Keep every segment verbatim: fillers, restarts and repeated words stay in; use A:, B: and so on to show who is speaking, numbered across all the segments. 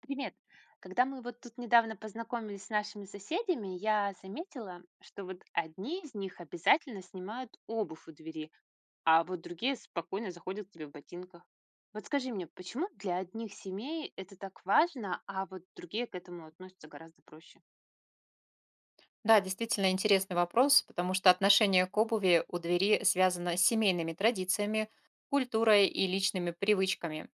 A: Привет. Когда мы вот тут недавно познакомились с нашими соседями, я заметила, что вот одни из них обязательно снимают обувь у двери, а вот другие спокойно заходят к тебе в ботинках. Вот скажи мне, почему для одних семей это так важно, а вот другие к этому относятся гораздо проще?
B: Да, действительно интересный вопрос, потому что отношение к обуви у двери связано с семейными традициями, культурой и личными привычками.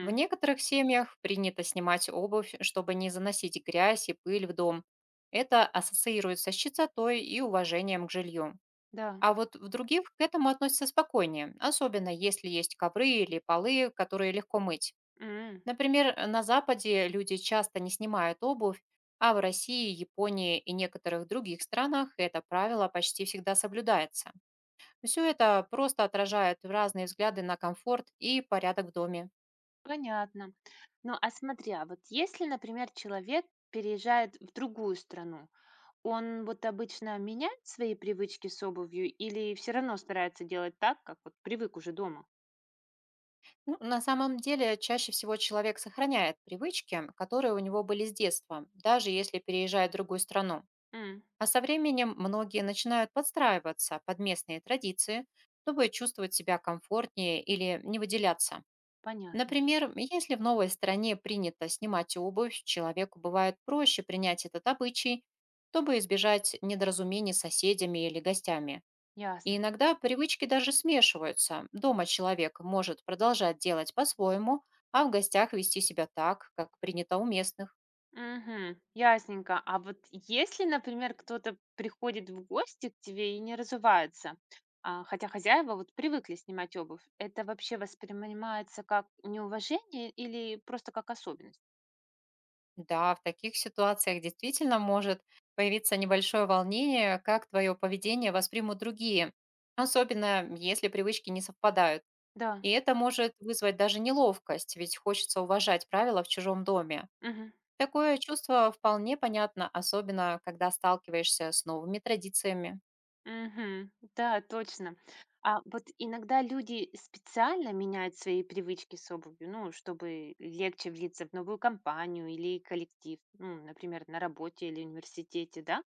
B: В некоторых семьях принято снимать обувь, чтобы не заносить грязь и пыль в дом. Это ассоциируется с чистотой и уважением к жилью.
A: да,
B: А вот в других к этому относятся спокойнее, особенно если есть ковры или полы, которые легко мыть.
A: М,
B: Например, э, на Западе люди часто не снимают обувь, а в России, Японии и некоторых других странах это правило почти всегда соблюдается. Все это просто отражает разные взгляды на комфорт и порядок в доме.
A: понятно. Ну а смотри, а вот если, например, человек переезжает в другую страну, он вот обычно меняет свои привычки с обувью или все равно старается делать так, как вот привык уже дома?
B: Ну, на самом деле, чаще всего человек сохраняет привычки, которые у него были с детства, даже если переезжает в другую страну.
A: М,
B: А со временем многие начинают подстраиваться под местные традиции, чтобы чувствовать себя комфортнее или не выделяться.
A: понятно,
B: Например, если в новой стране принято снимать обувь, человеку бывает проще принять этот обычай, чтобы избежать недоразумений с соседями или гостями. И
A: ясно.
B: иногда привычки даже смешиваются. Дома человек может продолжать делать по-своему, а в гостях вести себя так, как принято у местных.
A: Мгм, ясненько. А вот если, например, кто-то приходит в гости к тебе и не разувается, а хотя хозяева вот привыкли снимать обувь, это вообще воспринимается как неуважение или просто как особенность?
B: Да, в таких ситуациях действительно может появиться небольшое волнение, как твое поведение воспримут другие, особенно если привычки не совпадают.
A: Да.
B: И это может вызвать даже неловкость, ведь хочется уважать правила в чужом доме.
A: Мгм.
B: Такое чувство вполне понятно, особенно когда сталкиваешься с новыми традициями.
A: Мгм. Да, точно. А вот иногда люди специально меняют свои привычки с обувью, ну, чтобы легче влиться в новую компанию или коллектив, ну, например, на работе или университете, да?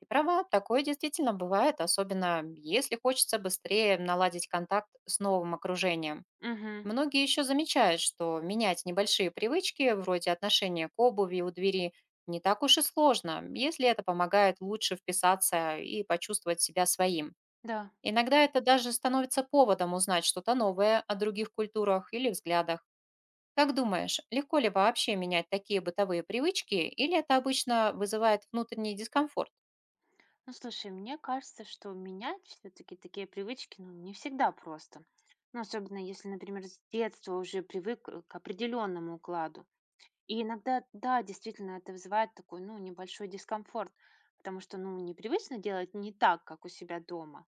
B: И права, такое действительно бывает, особенно если хочется быстрее наладить контакт с новым окружением.
A: Мгм.
B: Многие еще замечают, что менять небольшие привычки, вроде отношения к обуви у двери, не так уж и сложно, если это помогает лучше вписаться и почувствовать себя своим.
A: Да.
B: Иногда это даже становится поводом узнать что-то новое о других культурах или взглядах. Как думаешь, легко ли вообще менять такие бытовые привычки, или это обычно вызывает внутренний дискомфорт?
A: Ну, слушай, мне кажется, что менять все-таки такие привычки, ну, не всегда просто. Ну, особенно если, например, с детства уже привык э, к определенному укладу. И иногда, да, действительно, это вызывает такой, ну, небольшой дискомфорт, потому что, ну, непривычно делать не так, как у себя дома.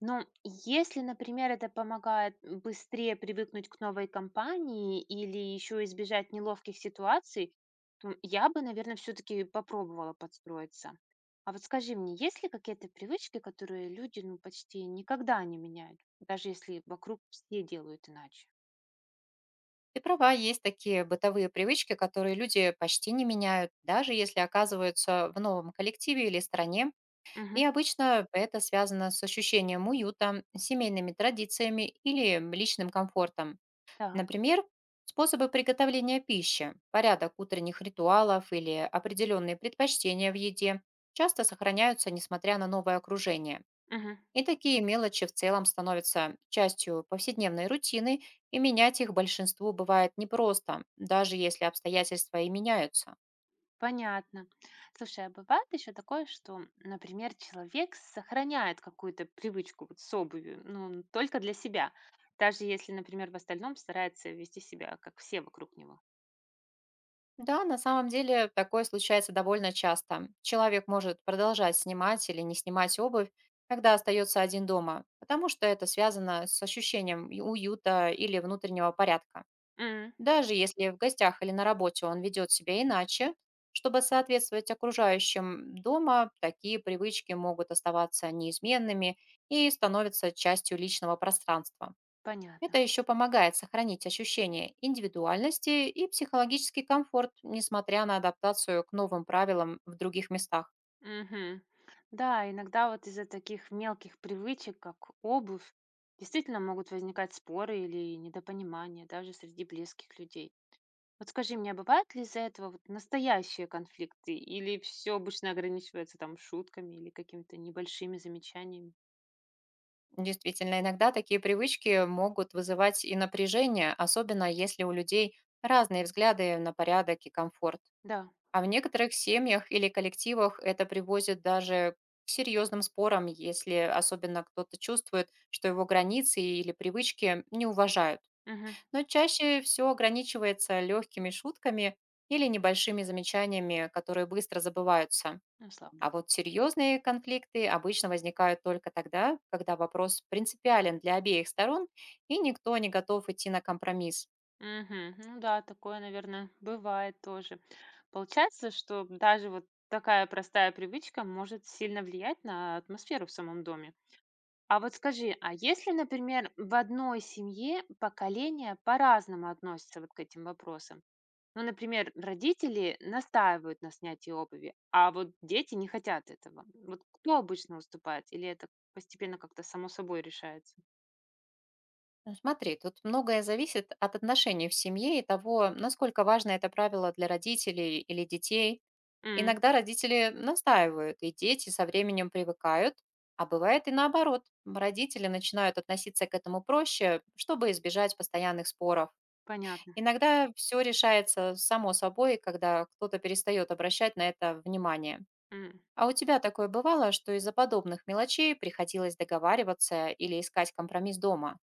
A: Но если, например, это помогает быстрее привыкнуть к новой компании или еще избежать неловких ситуаций, то я бы, наверное, все-таки попробовала подстроиться. А вот скажи мне, есть ли какие-то привычки, которые люди, ну, почти никогда не меняют, даже если вокруг все делают иначе?
B: Ты права, есть такие бытовые привычки, которые люди почти не меняют, даже если оказываются в новом коллективе или стране.
A: Угу,
B: И обычно это связано с ощущением уюта, семейными традициями или личным комфортом.
A: так,
B: Например, способы приготовления пищи, порядок утренних ритуалов или определенные предпочтения в еде часто сохраняются, несмотря на новое окружение.
A: мгм.
B: И такие мелочи в целом становятся частью повседневной рутины, и менять их большинству бывает непросто, даже если обстоятельства и меняются.
A: Понятно. Слушай, а бывает еще такое, что, например, человек сохраняет какую-то привычку вот с обувью, ну, только для себя, даже если, например, в остальном старается вести себя, как все вокруг него.
B: Да, на самом деле такое случается довольно часто. Человек может продолжать снимать или не снимать обувь, когда остается один дома, потому что это связано с ощущением и уюта или внутреннего порядка.
A: М,
B: Даже если в гостях или на работе он ведет себя иначе, чтобы соответствовать окружающим дома, такие привычки могут оставаться неизменными и становятся частью личного пространства.
A: понятно.
B: Это еще помогает сохранить ощущение индивидуальности и психологический комфорт, несмотря на адаптацию к новым правилам в других местах.
A: Мгм. Да, иногда вот из-за таких мелких привычек, как обувь, действительно могут возникать споры или недопонимания даже среди близких людей. Вот скажи мне, а бывают ли из-за этого вот настоящие конфликты или все обычно ограничивается там шутками или какими-то небольшими замечаниями?
B: Действительно, иногда такие привычки могут вызывать и напряжение, особенно если у людей разные взгляды на порядок и комфорт.
A: Да.
B: А в некоторых семьях или коллективах это приводит даже к серьезным спорам, если особенно кто-то чувствует, что его границы или привычки не уважают.
A: Мгм.
B: Но чаще все ограничивается легкими шутками или небольшими замечаниями, которые быстро забываются.
A: Ну, слава
B: А
A: богу.
B: вот серьезные конфликты обычно возникают только тогда, когда вопрос принципиален для обеих сторон, и никто не готов идти на компромисс.
A: Мгм. Ну да, такое, наверное, бывает тоже. Получается, что даже вот такая простая привычка может сильно влиять на атмосферу в самом доме. А вот скажи, а если, например, в одной семье поколения по-разному относятся вот к этим вопросам, ну, например, родители настаивают на снятии обуви, а вот дети не хотят этого. Вот кто обычно уступает? Или это постепенно как-то само собой решается?
B: Ну, смотри, тут многое зависит от отношений в семье и того, насколько важно это правило для родителей или детей.
A: М,
B: Иногда родители настаивают, и дети со временем привыкают, а бывает и наоборот. Родители начинают относиться к этому проще, чтобы избежать постоянных споров.
A: понятно.
B: Иногда все решается само собой, когда кто-то перестает обращать на это внимание.
A: М.
B: А у тебя такое бывало, что из-за подобных мелочей приходилось договариваться или искать компромисс дома?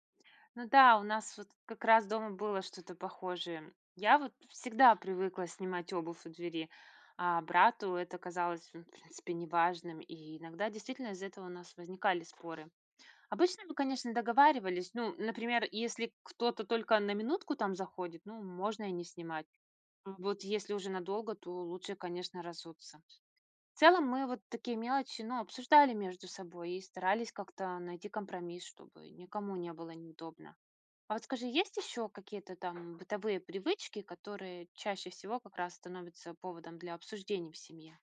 A: Ну да, у нас вот как раз дома было что-то похожее. Я вот всегда привыкла снимать обувь у двери, а брату это казалось, ну, в принципе, неважным. И иногда действительно из-за этого у нас возникали споры. Обычно мы, конечно, договаривались. Ну, например, если кто-то только на минутку там заходит, ну, можно и не снимать. А вот если уже надолго, то лучше, конечно, разуться. В целом мы вот такие мелочи, ну, обсуждали между собой и старались как-то найти компромисс, чтобы никому не было неудобно. А вот скажи, есть еще какие-то там бытовые привычки, которые чаще всего как раз становятся поводом для обсуждений в семье?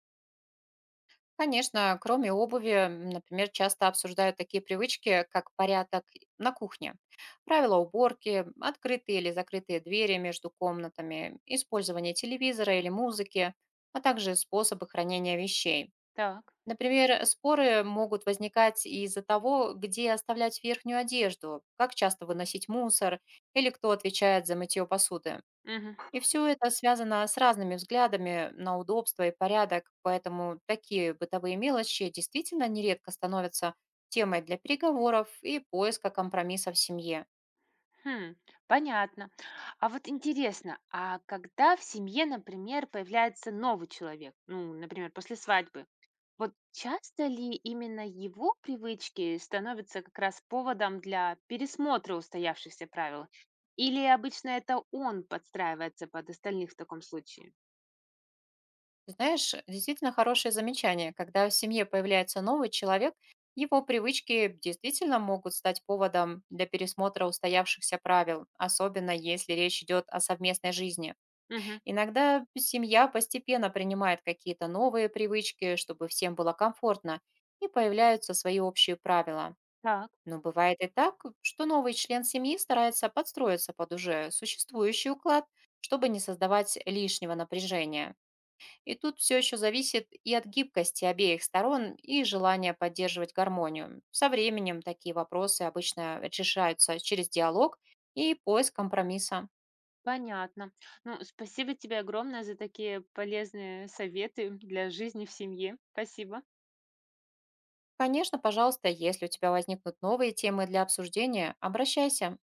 B: Конечно, кроме обуви, м, например, часто обсуждают такие привычки, как порядок на кухне, правила уборки, открытые или закрытые двери между комнатами, использование телевизора или музыки, а также способы хранения вещей.
A: Так.
B: Например, споры могут возникать из-за того, где оставлять верхнюю одежду, как часто выносить мусор или кто отвечает за мытье посуды.
A: Мгм.
B: И все это связано с разными взглядами на удобство и порядок, поэтому такие бытовые мелочи действительно нередко становятся темой для переговоров и поиска компромисса в семье.
A: Хм, понятно. А вот интересно, а когда в семье, например, появляется новый человек, ну, например, после свадьбы, вот часто ли именно его привычки становятся как раз поводом для пересмотра устоявшихся правил? Или обычно это он подстраивается под остальных в таком случае?
B: Знаешь, действительно хорошее замечание, когда в семье появляется новый человек, его привычки действительно могут стать поводом для пересмотра устоявшихся правил, особенно если речь идет о совместной жизни.
A: Мгм.
B: Иногда семья постепенно принимает какие-то новые привычки, чтобы всем было комфортно, и появляются свои общие правила.
A: Так,
B: Но бывает и так, что новый член семьи старается подстроиться под уже существующий уклад, чтобы не создавать лишнего напряжения. И тут все еще зависит и от гибкости обеих сторон, и желания поддерживать гармонию. Со временем такие вопросы обычно решаются через диалог и поиск компромисса.
A: понятно. Ну, спасибо тебе огромное за такие полезные советы для жизни в семье. Спасибо.
B: Конечно, пожалуйста, если у тебя возникнут новые темы для обсуждения, обращайся.